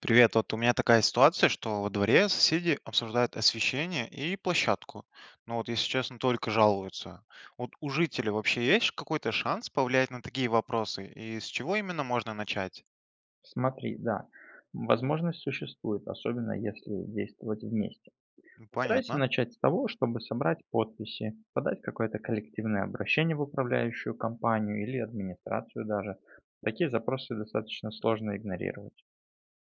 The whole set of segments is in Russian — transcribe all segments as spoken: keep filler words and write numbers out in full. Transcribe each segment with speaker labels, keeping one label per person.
Speaker 1: Привет, вот у меня такая ситуация, что во дворе соседи обсуждают освещение и площадку. Но вот, если честно, только жалуются. Вот у жителей вообще есть какой-то шанс повлиять на такие вопросы? И с чего именно можно начать?
Speaker 2: Смотри, да, возможность существует, особенно если действовать вместе.
Speaker 1: Ну,
Speaker 2: Постарайся
Speaker 1: понятно.
Speaker 2: начать с того, чтобы собрать подписи, подать какое-то коллективное обращение в управляющую компанию или администрацию даже. Такие запросы достаточно сложно игнорировать.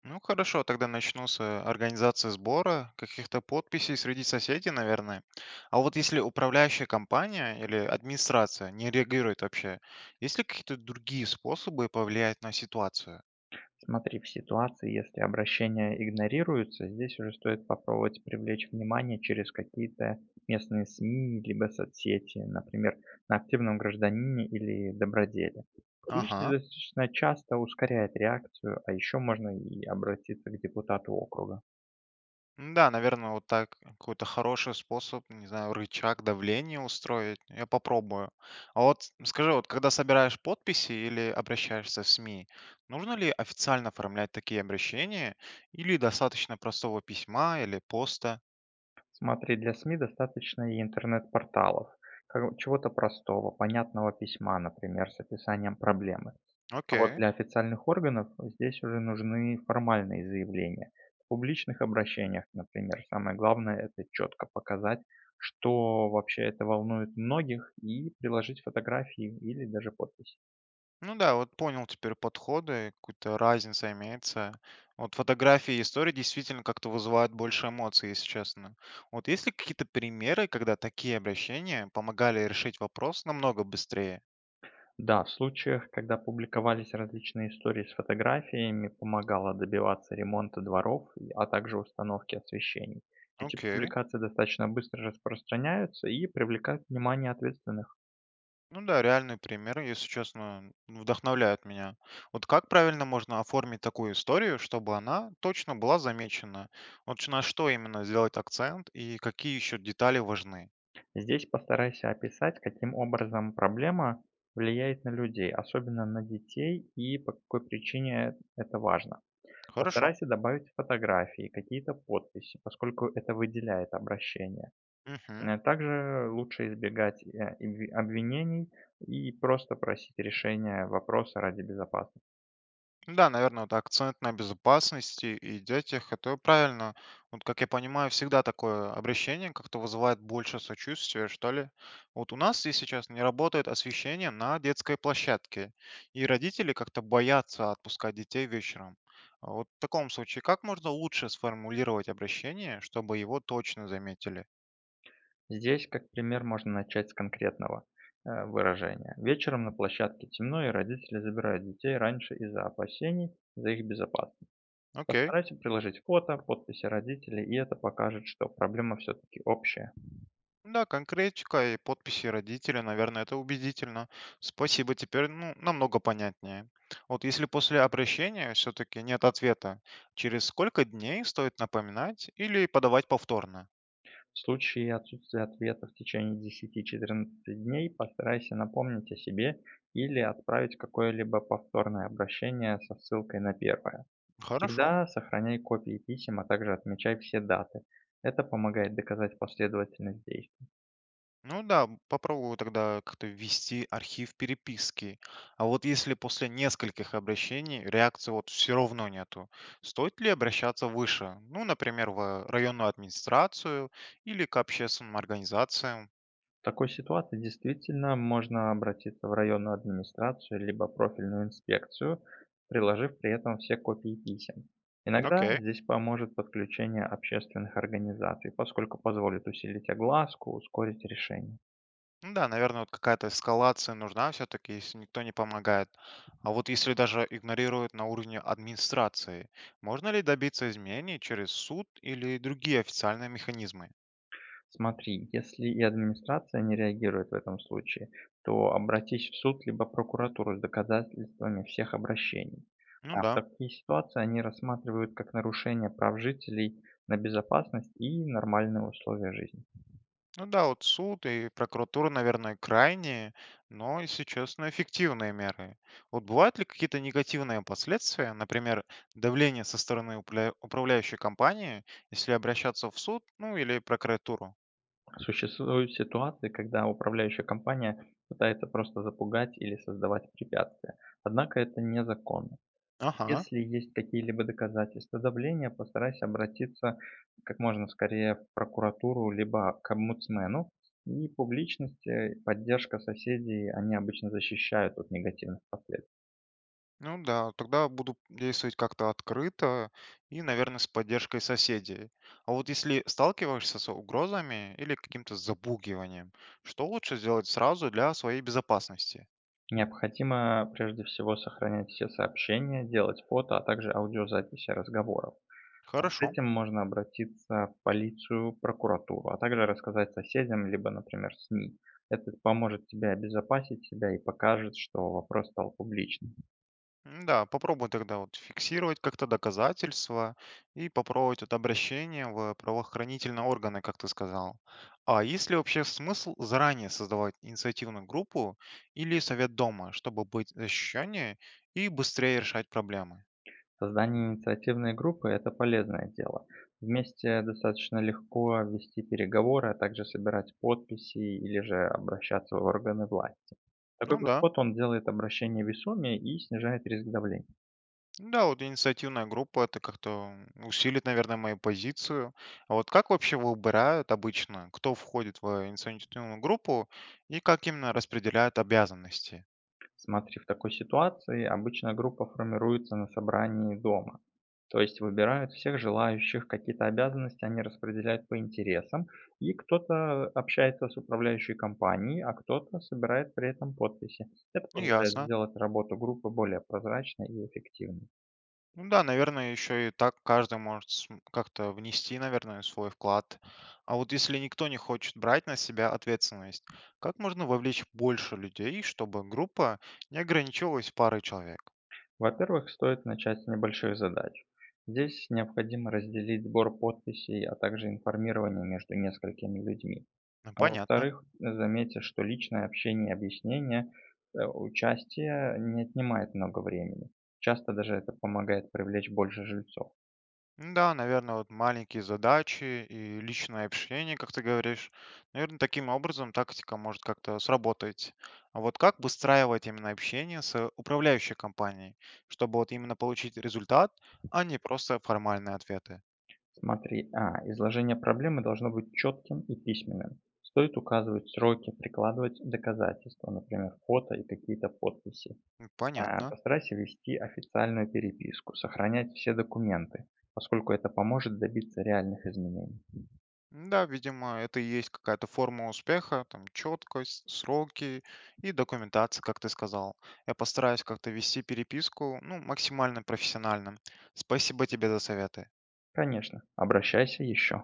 Speaker 1: Ну хорошо, тогда начну с э, организации сбора каких-то подписей среди соседей, наверное. А вот если управляющая компания или администрация не реагирует вообще, есть ли какие-то другие способы повлиять на ситуацию?
Speaker 2: Смотри, в ситуации, если обращения игнорируются, здесь уже стоит попробовать привлечь внимание через какие-то местные СМИ, либо соцсети, например, на активном гражданине или доброделе. Публичность
Speaker 1: Ага.
Speaker 2: достаточно часто ускоряет реакцию, а еще можно и обратиться к депутату округа.
Speaker 1: М-да, наверное, вот так какой-то хороший способ, не знаю, рычаг давления устроить. Я попробую. А вот скажи, вот когда собираешь подписи или обращаешься в СМИ, нужно ли официально оформлять такие обращения или достаточно простого письма или поста?
Speaker 2: Смотри, для СМИ достаточно и интернет-порталов, как чего-то простого, понятного письма, например, с описанием проблемы. А вот
Speaker 1: Окей.
Speaker 2: для официальных органов здесь уже нужны формальные заявления. В публичных обращениях, например, самое главное– это четко показать, что вообще это волнует многих, и приложить фотографии или даже подпись.
Speaker 1: Ну да, вот понял теперь подходы, какая-то разница имеется. Вот фотографии и истории действительно как-то вызывают больше эмоций, если честно. Вот есть ли какие-то примеры, когда такие обращения помогали решить вопрос намного быстрее?
Speaker 2: Да, в случаях, когда публиковались различные истории с фотографиями, помогало добиваться ремонта дворов, и- а также установки освещений. Эти
Speaker 1: Окей.
Speaker 2: публикации достаточно быстро распространяются и привлекают внимание ответственных.
Speaker 1: Ну да, реальные примеры, если честно, вдохновляют меня. Вот как правильно можно оформить такую историю, чтобы она точно была замечена? Вот на что именно сделать акцент и какие еще детали важны?
Speaker 2: Здесь постарайся описать, каким образом проблема влияет на людей, особенно на детей, и по какой причине это важно.
Speaker 1: Хорошо.
Speaker 2: Постарайся добавить фотографии, какие-то подписи, поскольку это выделяет обращение.
Speaker 1: Мгм.
Speaker 2: Э, Также лучше избегать э, обви- обвинений и просто просить решения вопроса ради безопасности.
Speaker 1: Ну да, наверное, вот акцент на безопасности и детях, это правильно. Вот, как я понимаю, всегда такое обращение как-то вызывает больше сочувствия, что ли. Вот у нас здесь сейчас не работает освещение на детской площадке, и родители как-то боятся отпускать детей вечером. А вот в таком случае, как можно лучше сформулировать обращение, чтобы его точно заметили?
Speaker 2: Здесь, как пример, можно начать с конкретного э, выражения. Вечером на площадке темно, и родители забирают детей раньше из-за опасений за их безопасность.
Speaker 1: Окей.
Speaker 2: Постарайся приложить фото, подписи родителей, и это покажет, что проблема все-таки общая.
Speaker 1: Да, конкретика и подписи родителя, наверное, это убедительно. Спасибо, теперь, ну, намного понятнее. Вот если после обращения все-таки нет ответа, через сколько дней стоит напоминать или подавать повторно?
Speaker 2: В случае отсутствия ответа в течение десяти четырнадцати дней постарайся напомнить о себе или отправить какое-либо повторное обращение со ссылкой на первое.
Speaker 1: Хорошо.
Speaker 2: Всегда сохраняй копии писем, а также отмечай все даты. Это помогает доказать последовательность действий.
Speaker 1: Ну да, попробую тогда как-то ввести архив переписки. А вот если после нескольких обращений реакции вот все равно нету, стоит ли обращаться выше? Ну, например, в районную администрацию или к общественным организациям?
Speaker 2: В такой ситуации действительно можно обратиться в районную администрацию либо профильную инспекцию, приложив при этом все копии писем. Иногда
Speaker 1: Окей.
Speaker 2: здесь поможет подключение общественных организаций, поскольку позволит усилить огласку, ускорить решение.
Speaker 1: Ну да, наверное, вот какая-то эскалация нужна все-таки, если никто не помогает. А вот если даже игнорируют на уровне администрации, можно ли добиться изменений через суд или другие официальные механизмы?
Speaker 2: Смотри, если и администрация не реагирует в этом случае, то обратись в суд либо прокуратуру с доказательствами всех обращений.
Speaker 1: Ну
Speaker 2: А в
Speaker 1: да.
Speaker 2: такие ситуации они рассматривают как нарушение прав жителей на безопасность и нормальные условия жизни.
Speaker 1: Ну да, вот суд и прокуратура, наверное, крайние, но, если честно, эффективные меры. Вот бывают ли какие-то негативные последствия, например, давление со стороны упля- управляющей компании, если обращаться в суд, ну или прокуратуру?
Speaker 2: Существуют ситуации, когда управляющая компания пытается просто запугать или создавать препятствия. Однако это незаконно.
Speaker 1: Ага.
Speaker 2: Если есть какие-либо доказательства давления, постарайся обратиться как можно скорее в прокуратуру либо к омбудсмену. И публичность, э, поддержка соседей, они обычно защищают от негативных последствий.
Speaker 1: Ну да, тогда буду действовать как-то открыто и, наверное, с поддержкой соседей. А вот если сталкиваешься с угрозами или каким-то забугиванием, что лучше сделать сразу для своей безопасности?
Speaker 2: Необходимо прежде всего сохранять все сообщения, делать фото, а также аудиозаписи разговоров. С
Speaker 1: Хорошо.
Speaker 2: этим можно обратиться в полицию, прокуратуру, а также рассказать соседям, либо, например, СМИ. Это поможет тебе обезопасить себя и покажет, что вопрос стал публичным.
Speaker 1: М, да, попробуй тогда вот фиксировать как-то доказательства и попробовать вот обращение в правоохранительные органы, как ты сказал. А есть ли вообще смысл заранее создавать инициативную группу или совет дома, чтобы быть защищеннее и быстрее решать проблемы?
Speaker 2: Создание инициативной группы— это полезное дело. Вместе достаточно легко вести переговоры, а также собирать подписи или же обращаться в органы власти. Такой
Speaker 1: Ну да.
Speaker 2: подход, он делает обращение весомее и снижает риск давления.
Speaker 1: Ну да, вот инициативная группа, это как-то усилит, наверное, мою позицию. А вот как вообще выбирают обычно, кто входит в инициативную группу и как именно распределяют обязанности?
Speaker 2: Смотри, в такой ситуации обычно группа формируется на собрании дома. То есть выбирают всех желающих, какие-то обязанности они распределяют по интересам, и кто-то общается с управляющей компанией, а кто-то собирает при этом подписи. Это
Speaker 1: Ну,
Speaker 2: позволяет
Speaker 1: ясно.
Speaker 2: сделать работу группы более прозрачной и эффективной.
Speaker 1: Ну да, наверное, еще и так каждый может см- как-то внести, наверное, свой вклад. А вот если никто не хочет брать на себя ответственность, как можно вовлечь больше людей, чтобы группа не ограничивалась парой человек?
Speaker 2: Во-первых, стоит начать с небольших задач. Здесь необходимо разделить сбор подписей, а также информирование между несколькими людьми.
Speaker 1: Ну,
Speaker 2: А
Speaker 1: понятно.
Speaker 2: во-вторых, заметьте, что личное общение и объяснение, э, участия не отнимает много времени. Часто даже это помогает привлечь больше жильцов.
Speaker 1: Ну да, наверное, вот маленькие задачи и личное общение, как ты говоришь. Наверное, таким образом тактика может как-то сработать. А вот как выстраивать именно общение с управляющей компанией, чтобы вот именно получить результат, а не просто формальные ответы?
Speaker 2: Смотри, а, изложение проблемы должно быть четким и письменным. Стоит указывать сроки, прикладывать доказательства, например, фото и какие-то подписи.
Speaker 1: М,
Speaker 2: А,
Speaker 1: понятно.
Speaker 2: постарайся вести официальную переписку, сохранять все документы, поскольку это поможет добиться реальных изменений.
Speaker 1: М, да, видимо, это и есть какая-то форма успеха, там четкость, сроки и документация, как ты сказал. Я постараюсь как-то вести переписку, ну, максимально профессионально. Спасибо тебе за советы.
Speaker 2: Конечно, обращайся еще.